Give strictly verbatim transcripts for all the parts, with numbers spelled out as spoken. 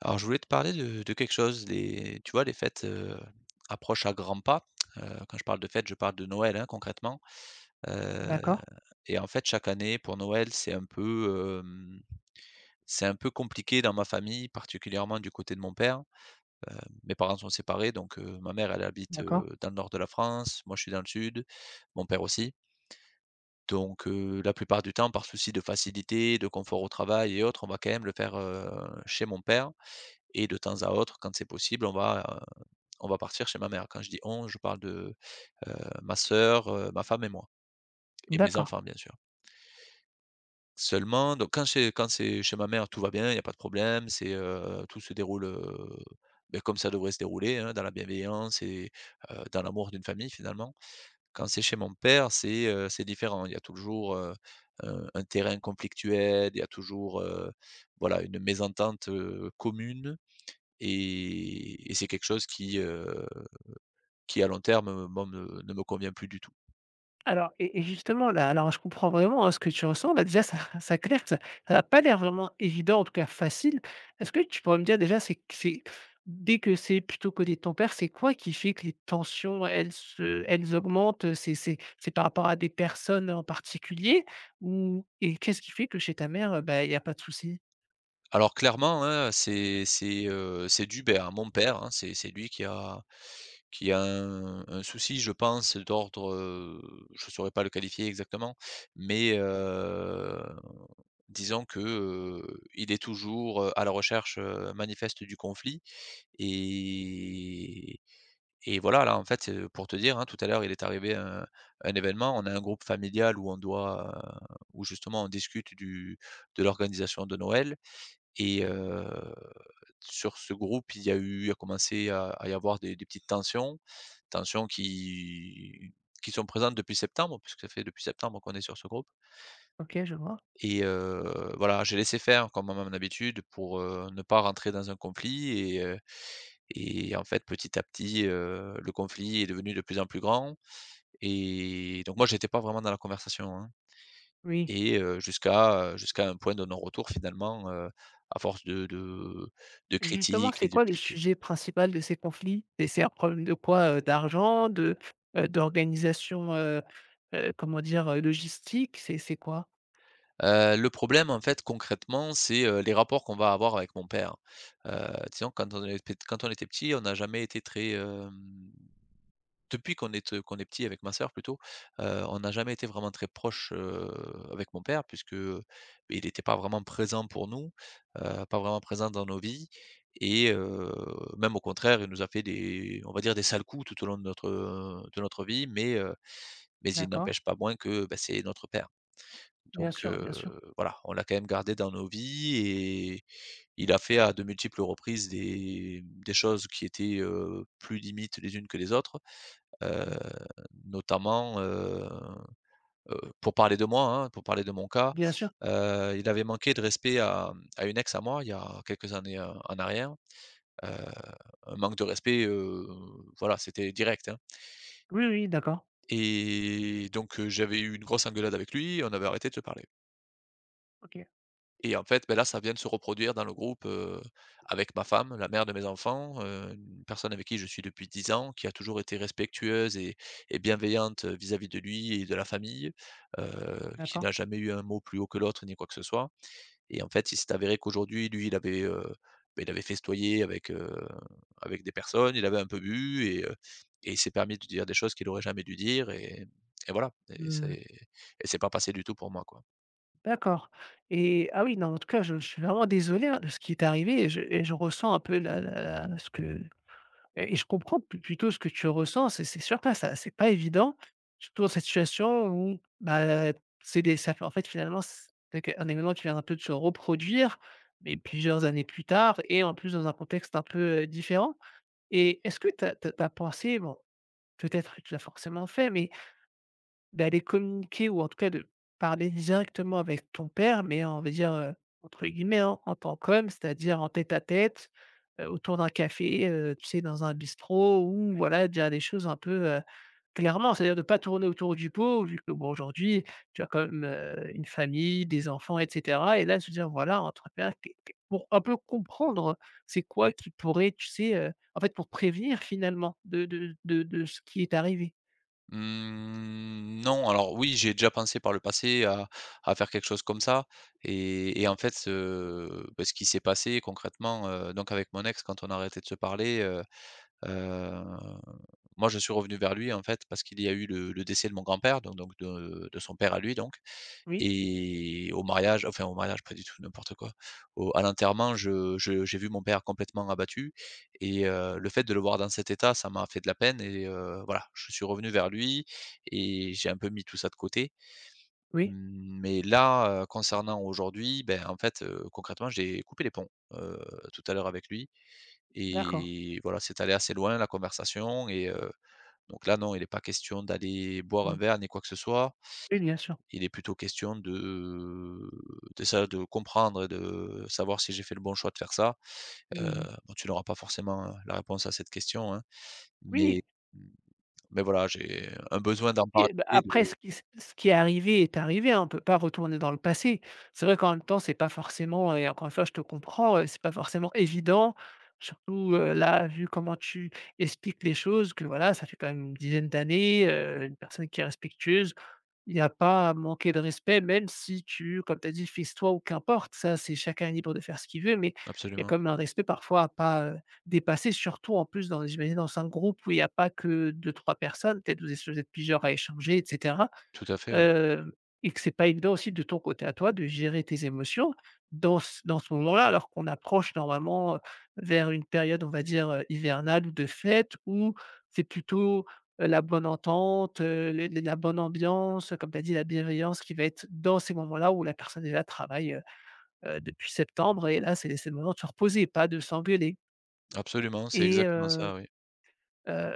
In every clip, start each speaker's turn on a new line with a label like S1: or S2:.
S1: Alors, je voulais te parler de de quelque chose. Les tu vois, les fêtes, heu, approchent à grands pas. Heu, quand je parle de fêtes, je parle de Noël, hein, concrètement. Heu
S2: D'accord,
S1: et en fait, chaque année, pour Noël, c'est un peu, hem, c'est un peu compliqué dans ma famille, particulièrement du côté de mon père. Heu, mes parents sont séparés, donc heu, ma mère, elle habite,
S2: d'accord,
S1: heu, dans le nord de la France. Moi, je suis dans le sud, mon père aussi. Donc heu, la plupart du temps, par souci de facilité, de confort au travail et autres, on va quand même le faire, heu, chez mon père, et de temps à autre, quand c'est possible, on va, heu, on va partir chez ma mère. Quand je dis «on», je parle de, heu, ma sœur, heu, ma femme et moi et mes
S2: d'accord.
S1: enfants, bien sûr. Seulement, donc quand c'est quand c'est chez ma mère, tout va bien, il y a pas de problème. C'est, heu, tout se déroule, heu, beh, comme ça devrait se dérouler, hein, dans la bienveillance et heu, dans l'amour d'une famille, finalement. Quand c'est chez mon père, c'est, heu, c'est différent. Il y a toujours, heu, un un terrain conflictuel, il y a toujours, heu, voilà, une mésentente, heu, commune. Et et c'est quelque chose qui, heu, qui à long terme, heu, moi me ne me convient plus du tout.
S2: Alors et et justement là, alors je comprends vraiment, hein, ce que tu ressens, là, déjà ça ça clair que ça ça a pas l'air vraiment évident, en tout cas facile. Est-ce que tu pourrais me dire déjà, c'est c'est dès que c'est plutôt côté de ton père, c'est quoi qui fait que les tensions, elles se elles augmentent? c'est c'est c'est par rapport à des personnes en particulier? Ou et qu'est-ce qui fait que chez ta mère, heu, bah, il y a pas de souci?
S1: Alors clairement, hein, c'est c'est, heu, c'est dû, beh, à mon père, hein. C'est c'est lui qui a qui a un un souci, je pense, d'ordre, heu, je saurais pas le qualifier exactement, mais, heu, disons que, heu, il est toujours, heu, à la recherche, heu, manifeste du conflit. et Et voilà, là, en fait, c'est pour te dire, hein, tout à l'heure, il est arrivé un un événement. On a un groupe familial où on doit, heu, où justement on discute du de l'organisation de Noël. Et heu, sur ce groupe, il y a eu il a commencé à à y avoir des des petites tensions, tensions qui qui sont présentes depuis septembre, puisque ça fait depuis septembre qu'on est sur ce groupe.
S2: OK, je vois.
S1: Et heu, voilà, j'ai laissé faire comme à mon habitude pour, heu, ne pas rentrer dans un conflit. et et en fait, petit à petit, heu, le conflit est devenu de plus en plus grand, et donc moi, j'étais pas vraiment dans la conversation, hein,
S2: Oui.
S1: et heu, jusqu'à, jusqu'à un point de non-retour finalement, heu, à force de de de
S2: Et justement,
S1: critiques et
S2: c'est
S1: de
S2: quoi le
S1: piques.
S2: sujet principal de ces conflits? Et c'est un problème de quoi? Heu, d'argent, de, heu, d'organisation, heu heu, comment dire? Heu, logistique, c'est c'est quoi?
S1: Heu, le problème, en fait, concrètement, c'est, heu, les rapports qu'on va avoir avec mon père. Heu, Disons quand on est quand on était petit, on n'a jamais été très, hem depuis qu'on est, qu'on est petit avec ma sœur plutôt, heu, on n'a jamais été vraiment très proche, heu, avec mon père puisque, heu, il n'était pas vraiment présent pour nous, heu, pas vraiment présent dans nos vies, et heu, même au contraire, il nous a fait des, on va dire, des sales coups tout au long de notre, de notre vie, mais heu, mais il
S2: D'accord.
S1: n'empêche pas moins que, bah, c'est notre père.
S2: Bien
S1: Donc
S2: sûr,
S1: heu,
S2: bien sûr.
S1: voilà, on l'a quand même gardé dans nos vies, et il a fait à de multiples reprises des des choses qui étaient, heu, plus limites les unes que les autres. Heu,
S2: Mmh.
S1: notamment, heu heu, pour parler de moi, hein, pour parler de mon cas,
S2: Bien sûr.
S1: heu, il avait manqué de respect à, mmh, à une ex à moi, il y a quelques années, heu, en arrière. Heu, un manque de respect, heu, voilà, c'était direct, hein,
S2: Oui, oui, d'accord.
S1: et donc heu, j'avais eu une grosse engueulade avec lui, on avait arrêté de se parler.
S2: OK,
S1: Et en fait, beh, là, ça vient de se reproduire dans le groupe, heu, avec ma femme, la mère de mes enfants, heu, une personne avec qui je suis depuis dix ans, qui a toujours été respectueuse et et bienveillante vis-à-vis de lui et de la famille, heu, qui
S2: d'accord.
S1: n'a jamais eu un mot plus haut que l'autre ni quoi que ce soit. Et en fait, il s'est avéré qu'aujourd'hui, lui, il avait, heu, beh, il avait festoyé avec, heu, avec des personnes. Il avait un peu bu, et heu, et il s'est permis de dire des choses qu'il n'aurait jamais dû dire. et et voilà et c'est
S2: Mmh.
S1: et c'est pas passé du tout pour moi, quoi.
S2: D'accord, et ah oui, non, en tout cas, je je suis vraiment désolé, hein, de ce qui est arrivé et je et je ressens un peu la la la ce que. Et et je comprends plu plutôt ce que tu ressens. C'est c'est sûr que ça c'est pas évident, surtout dans cette situation où, bah, c'est des ça fait en fait, finalement, c'est qu'un événement qui vient un peu de se reproduire, mais plusieurs années plus tard et en plus dans un contexte un peu, heu, différent. Et est-ce que tu tu as pensé, bon, peut-être que tu l'as forcément fait, mais d'aller communiquer ou en tout cas de parler directement avec ton père, mais on va dire, heu, entre guillemets, hein, «en tant qu'homme», c'est-à-dire en tête-à-tête, heu, autour d'un café, heu, tu sais, dans un bistrot ou voilà, dire des choses un peu, heu, clairement. C'est-à-dire de ne pas tourner autour du pot vu que, bon, aujourd'hui, tu as quand même, heu, une famille, des enfants et cetera et là, se dire: «Voilà, entre pères» qu qu pour un peu comprendre c'est quoi qui pourrait, tu sais, heu, en fait, pour prévenir finalement de de de de ce qui est arrivé.
S1: Mmh, non, alors oui, j'ai déjà pensé par le passé à à faire quelque chose comme ça. et et en fait, ce, bah, ce qui s'est passé concrètement, heu, donc avec mon ex quand on a arrêté de se parler, heu heu, moi je suis revenu vers lui, en fait, parce qu'il y a eu le le décès de mon grand-père, donc donc de de son père à lui, donc,
S2: Oui,
S1: et au mariage, enfin au mariage pas du tout, n'importe quoi. Au À l'enterrement, je je j'ai vu mon père complètement abattu, et heu, le fait de le voir dans cet état, ça m'a fait de la peine, et heu, voilà, je suis revenu vers lui et j'ai un peu mis tout ça de côté.
S2: oui,
S1: Mmh, mais là, heu, concernant aujourd'hui, ben, en fait, heu, concrètement, j'ai coupé les ponts, heu, tout à l'heure avec lui,
S2: d'accord.
S1: et voilà, c'est allé assez loin la conversation. Et heu, donc là non, il n'est pas question d'aller boire un
S2: Mmh.
S1: verre ni quoi que ce soit.
S2: Oui, bien sûr.
S1: Il est plutôt question de de ça, de comprendre et de savoir si j'ai fait le bon choix de faire ça. Heu,
S2: Mmh.
S1: bon, tu n'auras pas forcément, heu, la réponse à cette question, hein, mais
S2: Oui,
S1: mmh, mais voilà, j'ai un besoin d'en
S2: oui, bah,
S1: parler, de.
S2: après ce qui s ce qui est arrivé est arrivé, hein, on ne peut pas retourner dans le passé. C'est vrai qu'en même temps, c'est pas forcément et encore une fois, je te comprends, heu, c'est pas forcément évident, surtout, heu, là, vu comment tu expliques les choses que voilà, ça fait quand même une dizaine d'années, heu, une personne qui est respectueuse. Il n'y a pas à manquer de respect, même si tu comme tu as dit: «Fixe-toi» ou qu'importe, ça, c'est chacun est libre de faire ce qu'il veut, mais il y a
S1: Absolument.
S2: quand même un respect parfois à pas, heu, dépasser, surtout en plus dans j'imagine dans un groupe où il y a pas que deux trois personnes, peut-être vous êtes vous êtes plusieurs à échanger et cetera.
S1: Tout à fait, oui.
S2: Heu et que c'est pas évident aussi de ton côté à toi de gérer tes émotions dans ce dans ce moment-là, alors qu'on approche normalement, heu, vers une période, on va dire, heu, hivernale ou de fête où c'est plutôt, heu, la bonne entente, heu, les les la bonne ambiance, comme tu as dit, la bienveillance qui va être dans ces moments-là où la personne déjà travaille, heu heu, depuis septembre et là, c'est c'est le moment de se reposer, pas de s'engueuler.
S1: Absolument, c'est
S2: et
S1: exactement ça,
S2: heu
S1: oui.
S2: heu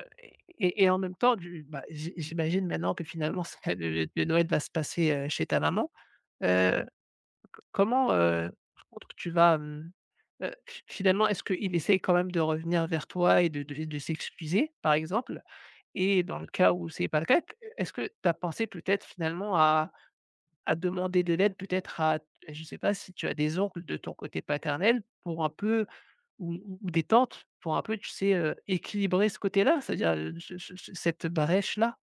S2: et et en même temps, du bah, j'i j'imagine maintenant que finalement le le Noël va se passer, heu, chez ta maman. Heu, Comment, heu, par contre tu vas, hem, heu, fi finalement, est-ce qu'il essaie quand même de revenir vers toi et de de de s'excuser par exemple? Et dans le cas où c'est pas le cas, est-ce que tu as pensé peut-être finalement à à demander de l'aide peut-être à je sais pas si tu as des oncles de ton côté paternel pour un peu ou ou ou des tantes pour un peu tu sais, heu, équilibrer ce côté-là? C'est-à-dire, heu, ce ce ce cette brèche-là?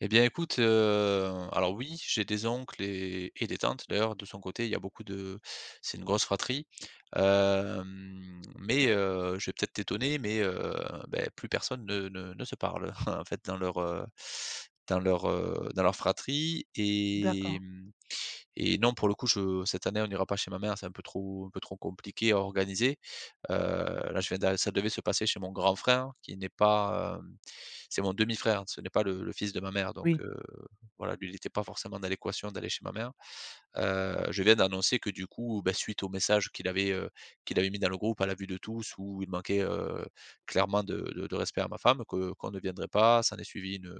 S1: Eh bien, écoute, heu, alors oui, j'ai des oncles et et des tantes d'ailleurs, de son côté. Il y a beaucoup de, c'est une grosse fratrie, hem, mais heu, je vais peut-être t'étonner, mais heu, beh, plus personne ne ne ne se parle en fait dans leur, heu, dans leur, heu, dans leur fratrie. Et
S2: D'accord,
S1: mmh et non, pour le coup, je cette année, on ira pas chez ma mère, c'est un peu trop un peu trop compliqué à organiser. Heu, là, je viens d'a ça devait se passer chez mon grand frère qui n'est pas, hem, c'est mon demi-frère, ce n'est pas le le fils de ma mère, donc
S2: oui,
S1: heu, voilà, lui, il était pas forcément dans l'équation d'aller chez ma mère. Heu, je viens d'annoncer que du coup, bah, suite au message qu'il avait, heu, qu'il avait mis dans le groupe à la vue de tous, où il manquait, heu, clairement de de de respect à ma femme, que qu'on ne viendrait pas. S'en est suivi une,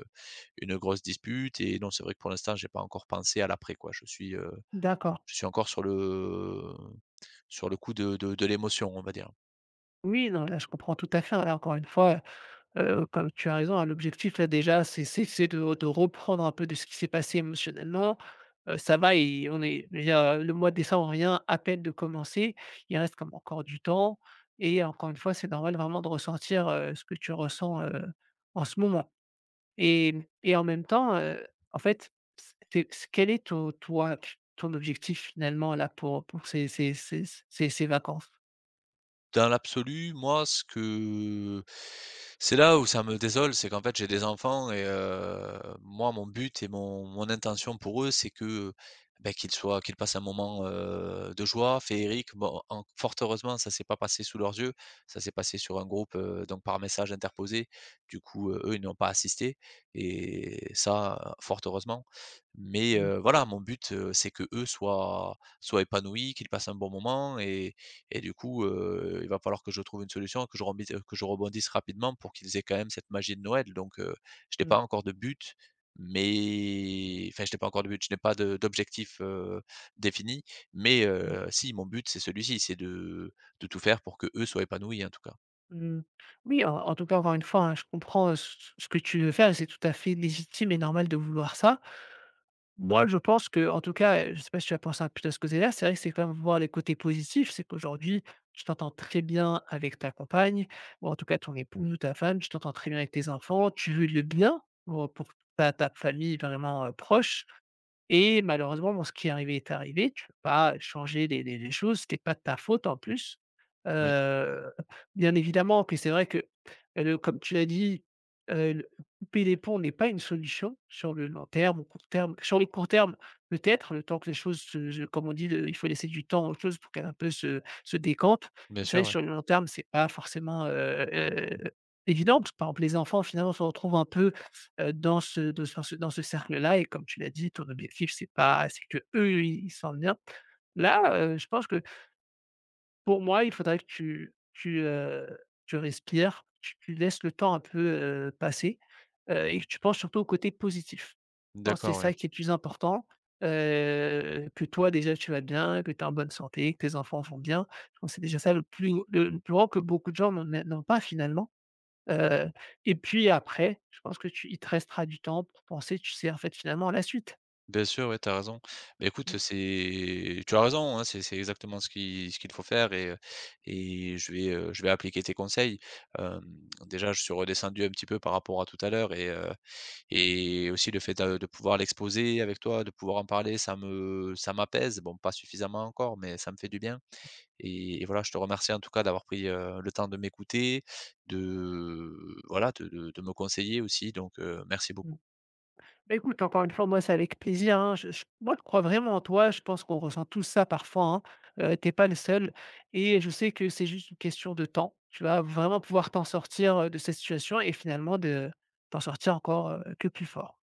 S1: une grosse dispute, et non, c'est vrai que pour l'instant, j'ai pas encore pensé à l'après, quoi. Je suis, heu
S2: d'accord.
S1: je suis encore sur le sur le coup de de de l'émotion, on va dire.
S2: Oui, non là je comprends tout à fait, hein, là encore une fois. Heu Heu, comme tu as raison, hein, l'objectif là déjà, c'est c'est c'est de de reprendre un peu de ce qui s'est passé émotionnellement. Heu, ça va et on est je veux dire, heu, le mois de décembre vient à peine de commencer. Il reste comme encore du temps et encore une fois, c'est normal vraiment de ressentir, heu, ce que tu ressens, heu, en ce moment et mmh et en même temps, heu, en fait, c c'est quel est ton toi, ton objectif finalement là pour pour ces ces ces ces ces vacances?
S1: Dans l'absolu, moi, ce que c'est là où ça me désole, c'est qu'en fait, j'ai des enfants, et heu, moi, mon but et mon mon intention pour eux, c'est que, heu, bah, qu'ils soient qu'ils passent un moment, heu, de joie, féerique. Bon, en, fort heureusement, ça s'est pas passé sous leurs yeux. Ça s'est passé sur un groupe, heu, donc par message interposé. Du coup, heu, eux, ils n'ont pas assisté, et ça, euh, fort heureusement. Mais
S2: Mmh mh.
S1: heu, voilà, mon but, heu, c'est que eux soient soient épanouis, qu'ils passent un bon moment, et et du coup, heu, il va falloir que je trouve une solution, que je rebondisse que je rebondisse rapidement pour qu'ils aient quand même cette magie de Noël. Donc heu, je n'ai pas encore de but, mais enfin, je n'ai pas encore de but, je n'ai pas de d'objectif, heu, défini, mais
S2: Mmh.
S1: heu, si, mon but, c'est celui-ci, c'est de de tout faire pour que eux soient épanouis, en tout cas.
S2: Mmh. Oui, en en tout cas, encore une fois, hein, je comprends, heu, ce ce que tu veux faire et c'est tout à fait légitime et normal de vouloir ça. Moi, je pense que, en tout cas, heu, je ne sais pas si tu as pensé un peu à ce côté-là, c'est vrai que c'est quand même voir les côtés positifs, c'est qu'aujourd'hui, tu t'entends très bien avec ta compagne ou en tout cas ton époux, ta femme, tu t'entends très bien avec tes enfants, tu veux le bien pour pour ta ta famille vraiment, heu, proche. Et malheureusement, bon, ce qui est arrivé est arrivé. Tu peux pas changer les les les choses, c'était pas de ta faute en plus.
S1: Oui,
S2: Heu, Bien évidemment, puis c'est vrai que, euh, le comme tu l'as dit, heu, le couper les ponts n'est pas une solution sur le long terme ou court terme. Sur le court terme, peut-être, le temps que les choses se se comme on dit, le il faut laisser du temps aux choses pour qu'elles un peu se se décantent.
S1: bien
S2: C'est vrai
S1: sûr,
S2: que
S1: ouais.
S2: sur le long terme, c'est pas forcément, heu heu, évident parce que, par exemple, les enfants finalement se retrouvent un peu heu, dans ce dans ce dans ce cercle-là et comme tu l'as dit, ton objectif, c'est pas c'est que eux ils ils se sentent bien. Là, heu, je pense que pour moi, il faudrait que tu tu, heu, tu respires, tu tu laisses le temps un peu, heu, passer, heu et que tu penses surtout au côté positif. Je pense que c'est
S1: D'accord, ouais.
S2: ça qui est le plus important, heu, que toi déjà tu vas bien, que tu es en bonne santé, que tes enfants vont bien. Je pense que c'est déjà ça le plus le le plus grand que beaucoup de gens n'ont n'ont pas finalement. Heu et puis après, je pense que tu il te restera du temps pour penser, tu sais, en fait, finalement, à la suite.
S1: Bien sûr, ouais, tu as raison. Mais écoute,
S2: Mmh.
S1: c'est tu as raison, hein, c'est c'est exactement ce qui ce qu'il faut faire, et heu, et je vais, heu, je vais appliquer tes conseils. Hem, Déjà, je suis redescendu un petit peu par rapport à tout à l'heure, et heu, et aussi le fait de de pouvoir l'exposer avec toi, de pouvoir en parler, ça me ça m'apaise. Bon, pas suffisamment encore, mais ça me fait du bien, et et voilà, je te remercie en tout cas d'avoir pris, heu, le temps de m'écouter, de voilà, de de de me conseiller aussi. Donc heu, merci
S2: Mmh.
S1: beaucoup.
S2: Bah, écoute, encore une fois, moi, c'est avec plaisir, hein. Je je moi, je crois vraiment en toi. Je pense qu'on ressent tous ça parfois, hein. Tu es pas le seul et je sais que c'est juste une question de temps. Tu vas vraiment pouvoir t'en sortir, heu, de cette situation et finalement de t'en sortir encore, heu, que plus fort.